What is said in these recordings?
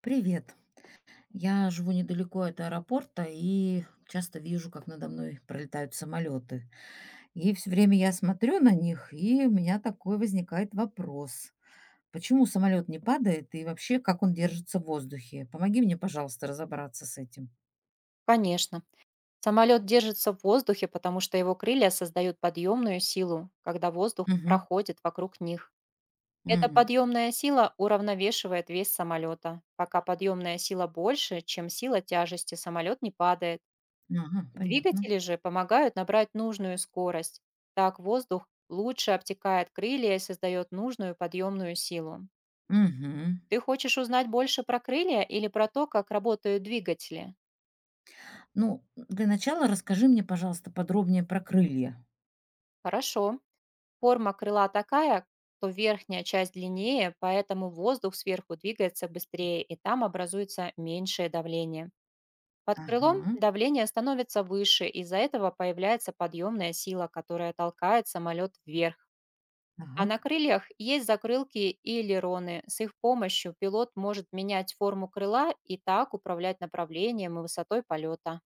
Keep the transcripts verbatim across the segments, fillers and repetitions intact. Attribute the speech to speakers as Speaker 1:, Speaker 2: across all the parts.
Speaker 1: Привет. Я живу недалеко от аэропорта и часто вижу, как надо мной пролетают самолеты. И все время я смотрю на них, и у меня такой возникает вопрос. Почему самолет не падает и вообще как он держится в воздухе? Помоги мне, пожалуйста, разобраться с этим.
Speaker 2: Конечно. Самолет держится в воздухе, потому что его крылья создают подъемную силу, когда воздух
Speaker 1: Мгм.
Speaker 2: проходит вокруг них. Эта
Speaker 1: Мгм.
Speaker 2: подъемная сила уравновешивает вес самолета. Пока подъемная сила больше, чем сила тяжести, самолет не падает.
Speaker 1: Ага, понятно.
Speaker 2: Двигатели же помогают набрать нужную скорость. Так воздух лучше обтекает крылья и создает нужную подъемную силу.
Speaker 1: Мгм.
Speaker 2: Ты хочешь узнать больше про крылья или про то, как работают двигатели?
Speaker 1: Ну, для начала расскажи мне, пожалуйста, подробнее про крылья.
Speaker 2: Хорошо. Форма крыла такая, что верхняя часть длиннее, поэтому воздух сверху двигается быстрее, и там образуется меньшее давление. Под крылом
Speaker 1: Ага,
Speaker 2: давление становится выше, из-за этого появляется подъемная сила, которая толкает самолет вверх. А на
Speaker 1: так.
Speaker 2: крыльях есть закрылки и элероны. С их помощью пилот может менять форму крыла и так управлять направлением и высотой полета.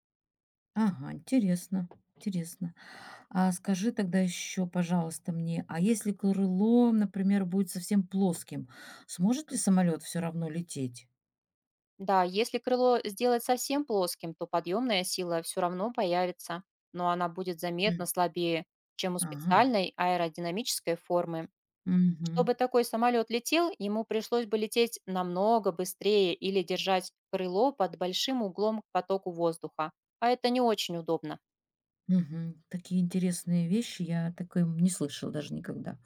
Speaker 1: Ага, интересно, интересно. А скажи тогда еще, пожалуйста, мне, а если крыло, например, будет совсем плоским, сможет ли самолет все равно лететь?
Speaker 2: Да, если крыло сделать совсем плоским, то подъемная сила все равно появится, но она будет заметно
Speaker 1: М.
Speaker 2: слабее, чем у
Speaker 1: Ага.
Speaker 2: специальной аэродинамической формы.
Speaker 1: Мгм.
Speaker 2: Чтобы такой самолет летел, ему пришлось бы лететь намного быстрее или держать крыло под большим углом к потоку воздуха, а это не очень удобно.
Speaker 1: Мгм. Такие интересные вещи я такой не слышала даже никогда.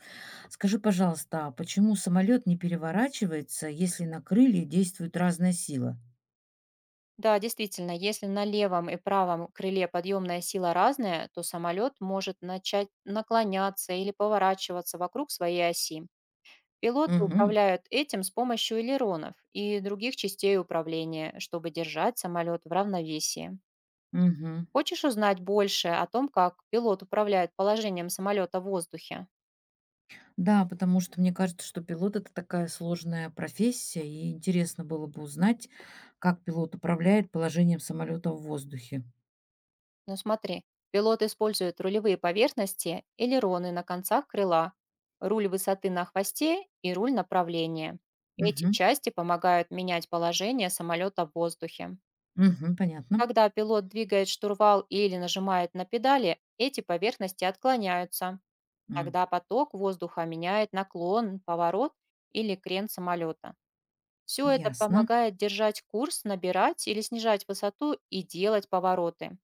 Speaker 1: Скажи, пожалуйста, а почему самолет не переворачивается, если на крылья действует разная сила?
Speaker 2: Да, действительно, если на левом и правом крыле подъемная сила разная, то самолет может начать наклоняться или поворачиваться вокруг своей оси. Пилоты
Speaker 1: Угу.
Speaker 2: управляют этим с помощью элеронов и других частей управления, чтобы держать самолет в равновесии.
Speaker 1: Угу.
Speaker 2: Хочешь узнать больше о том, как пилот управляет положением самолета в воздухе?
Speaker 1: Да, потому что мне кажется, что пилот — это такая сложная профессия, и интересно было бы узнать, как пилот управляет положением самолета в воздухе.
Speaker 2: Ну смотри, пилот использует рулевые поверхности, элероны на концах крыла, руль высоты на хвосте и руль направления. Эти
Speaker 1: Мгм.
Speaker 2: части помогают менять положение самолета в воздухе.
Speaker 1: Мгм. Понятно.
Speaker 2: Когда пилот двигает штурвал или нажимает на педали, эти поверхности отклоняются,
Speaker 1: М.
Speaker 2: тогда поток воздуха меняет наклон, поворот или крен самолета. Все это
Speaker 1: Ясно.
Speaker 2: помогает держать курс, набирать или снижать высоту и делать повороты.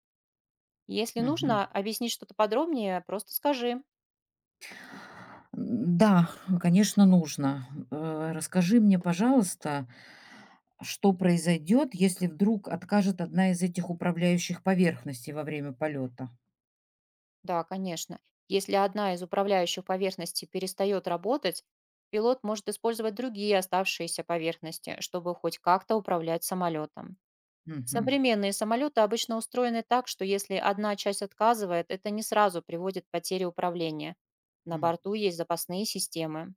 Speaker 2: Если
Speaker 1: Мгм.
Speaker 2: нужно объяснить что-то подробнее, просто скажи.
Speaker 1: М, да, конечно, нужно. Э, Расскажи мне, пожалуйста, что произойдет, если вдруг откажет одна из этих управляющих поверхностей во время полета?
Speaker 2: Да, конечно. Если одна из управляющих поверхностей перестает работать, пилот может использовать другие оставшиеся поверхности, чтобы хоть как-то управлять самолетом.
Speaker 1: Мгм.
Speaker 2: Современные самолеты обычно устроены так, что если одна часть отказывает, это не сразу приводит к потере управления. На
Speaker 1: М,
Speaker 2: борту есть запасные системы.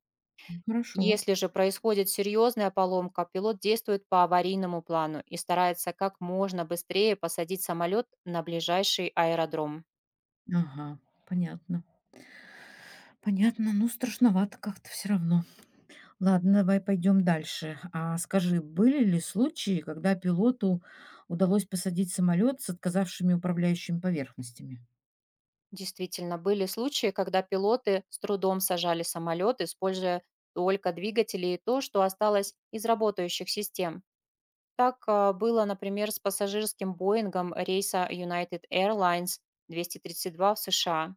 Speaker 1: ну, хорошо.
Speaker 2: Если же происходит серьезная поломка, пилот действует по аварийному плану и старается как можно быстрее посадить самолет на ближайший аэродром.
Speaker 1: Ага, понятно. Понятно, ну страшновато как-то все равно. Ладно, давай пойдем дальше. А скажи, были ли случаи, когда пилоту удалось посадить самолет с отказавшими управляющими поверхностями?
Speaker 2: Действительно, были случаи, когда пилоты с трудом сажали самолет, используя только двигатели и то, что осталось из работающих систем. Так а, было, например, с пассажирским Боингом рейса United Airlines двести тридцать два в США.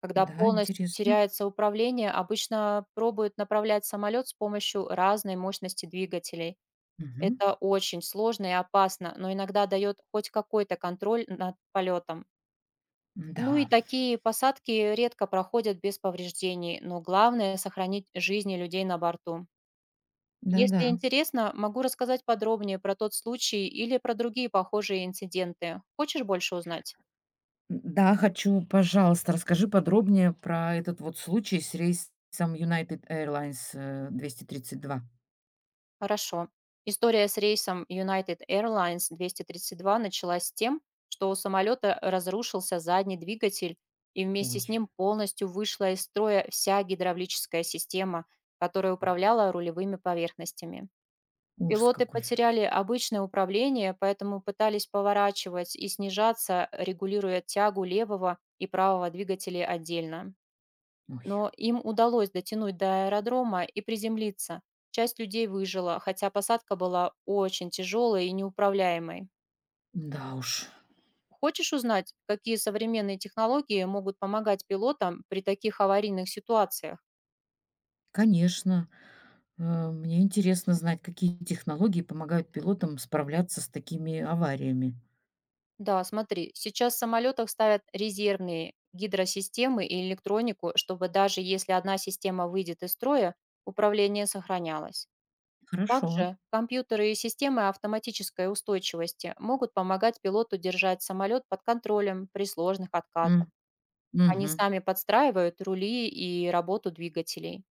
Speaker 2: Когда
Speaker 1: Да,
Speaker 2: полностью
Speaker 1: интересно.
Speaker 2: теряется управление, обычно пробуют направлять самолет с помощью разной мощности двигателей.
Speaker 1: Мгм.
Speaker 2: Это очень сложно и опасно, но иногда дает хоть какой-то контроль над полетом. Ну и
Speaker 1: Да,
Speaker 2: такие посадки редко проходят без повреждений, но главное– сохранить жизни людей на борту.
Speaker 1: да,
Speaker 2: Если
Speaker 1: да.
Speaker 2: интересно, могу рассказать подробнее про тот случай или про другие похожие инциденты. Хочешь больше узнать?
Speaker 1: Да, хочу, пожалуйста, расскажи подробнее про этот вот случай с рейсом United Airlines э, двести тридцать два.
Speaker 2: Хорошо. История с рейсом United Airlines двести тридцать два началась с тем, что у самолета разрушился задний двигатель, и вместе
Speaker 1: Ой,
Speaker 2: с ним полностью вышла из строя вся гидравлическая система, которая управляла рулевыми поверхностями.
Speaker 1: ужас
Speaker 2: Пилоты
Speaker 1: какой.
Speaker 2: потеряли обычное управление, поэтому пытались поворачивать и снижаться, регулируя тягу левого и правого двигателей отдельно.
Speaker 1: Ой,
Speaker 2: Но им удалось дотянуть до аэродрома и приземлиться. Часть людей выжила, хотя посадка была очень тяжелой и неуправляемой.
Speaker 1: да уж.
Speaker 2: Хочешь узнать, какие современные технологии могут помогать пилотам при таких аварийных ситуациях?
Speaker 1: Конечно. Э, мне интересно знать, какие технологии помогают пилотам справляться с такими авариями.
Speaker 2: Да, смотри, сейчас в самолетах ставят резервные гидросистемы и электронику, чтобы даже если одна система выйдет из строя, управление сохранялось.
Speaker 1: Хорошо.
Speaker 2: Также компьютеры и системы автоматической устойчивости могут помогать пилоту держать самолет под контролем при сложных отказах.
Speaker 1: М,
Speaker 2: Они
Speaker 1: мгм.
Speaker 2: сами подстраивают рули и работу двигателей.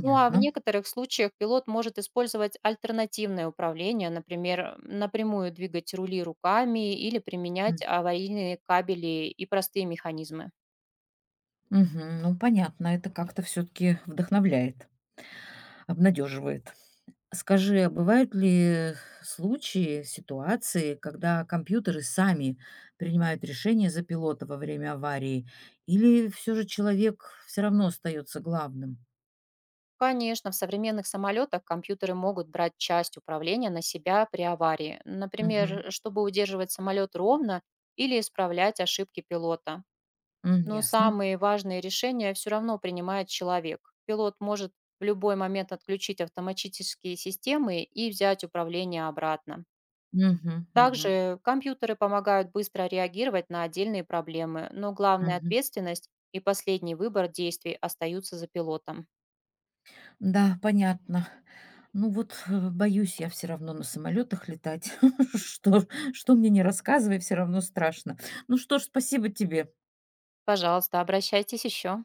Speaker 2: Ну а в некоторых случаях пилот может использовать альтернативное управление, например, напрямую двигать рули руками или применять
Speaker 1: М,
Speaker 2: аварийные кабели и простые механизмы.
Speaker 1: мгм. Ну, понятно, это как-то все-таки вдохновляет, обнадеживает. Скажи, а бывают ли случаи, ситуации, когда компьютеры сами принимают решение за пилота во время аварии, или все же человек все равно остается главным?
Speaker 2: Конечно, в современных самолетах компьютеры могут брать часть управления на себя при аварии,
Speaker 1: Мгм.
Speaker 2: например, чтобы удерживать самолет ровно или исправлять ошибки пилота.
Speaker 1: М,
Speaker 2: Но
Speaker 1: ясно.
Speaker 2: самые важные решения все равно принимает человек. Пилот может в любой момент отключить автоматические системы и взять управление обратно.
Speaker 1: Мгм, мгм,
Speaker 2: Также компьютеры помогают быстро реагировать на отдельные проблемы, но главная
Speaker 1: мгм.
Speaker 2: ответственность и последний выбор действий остаются за пилотом.
Speaker 1: Да, понятно. Ну вот, э, боюсь я все равно на самолетах летать. Что что мне не рассказывай, все равно страшно. Ну что ж, спасибо тебе.
Speaker 2: Пожалуйста, обращайтесь еще.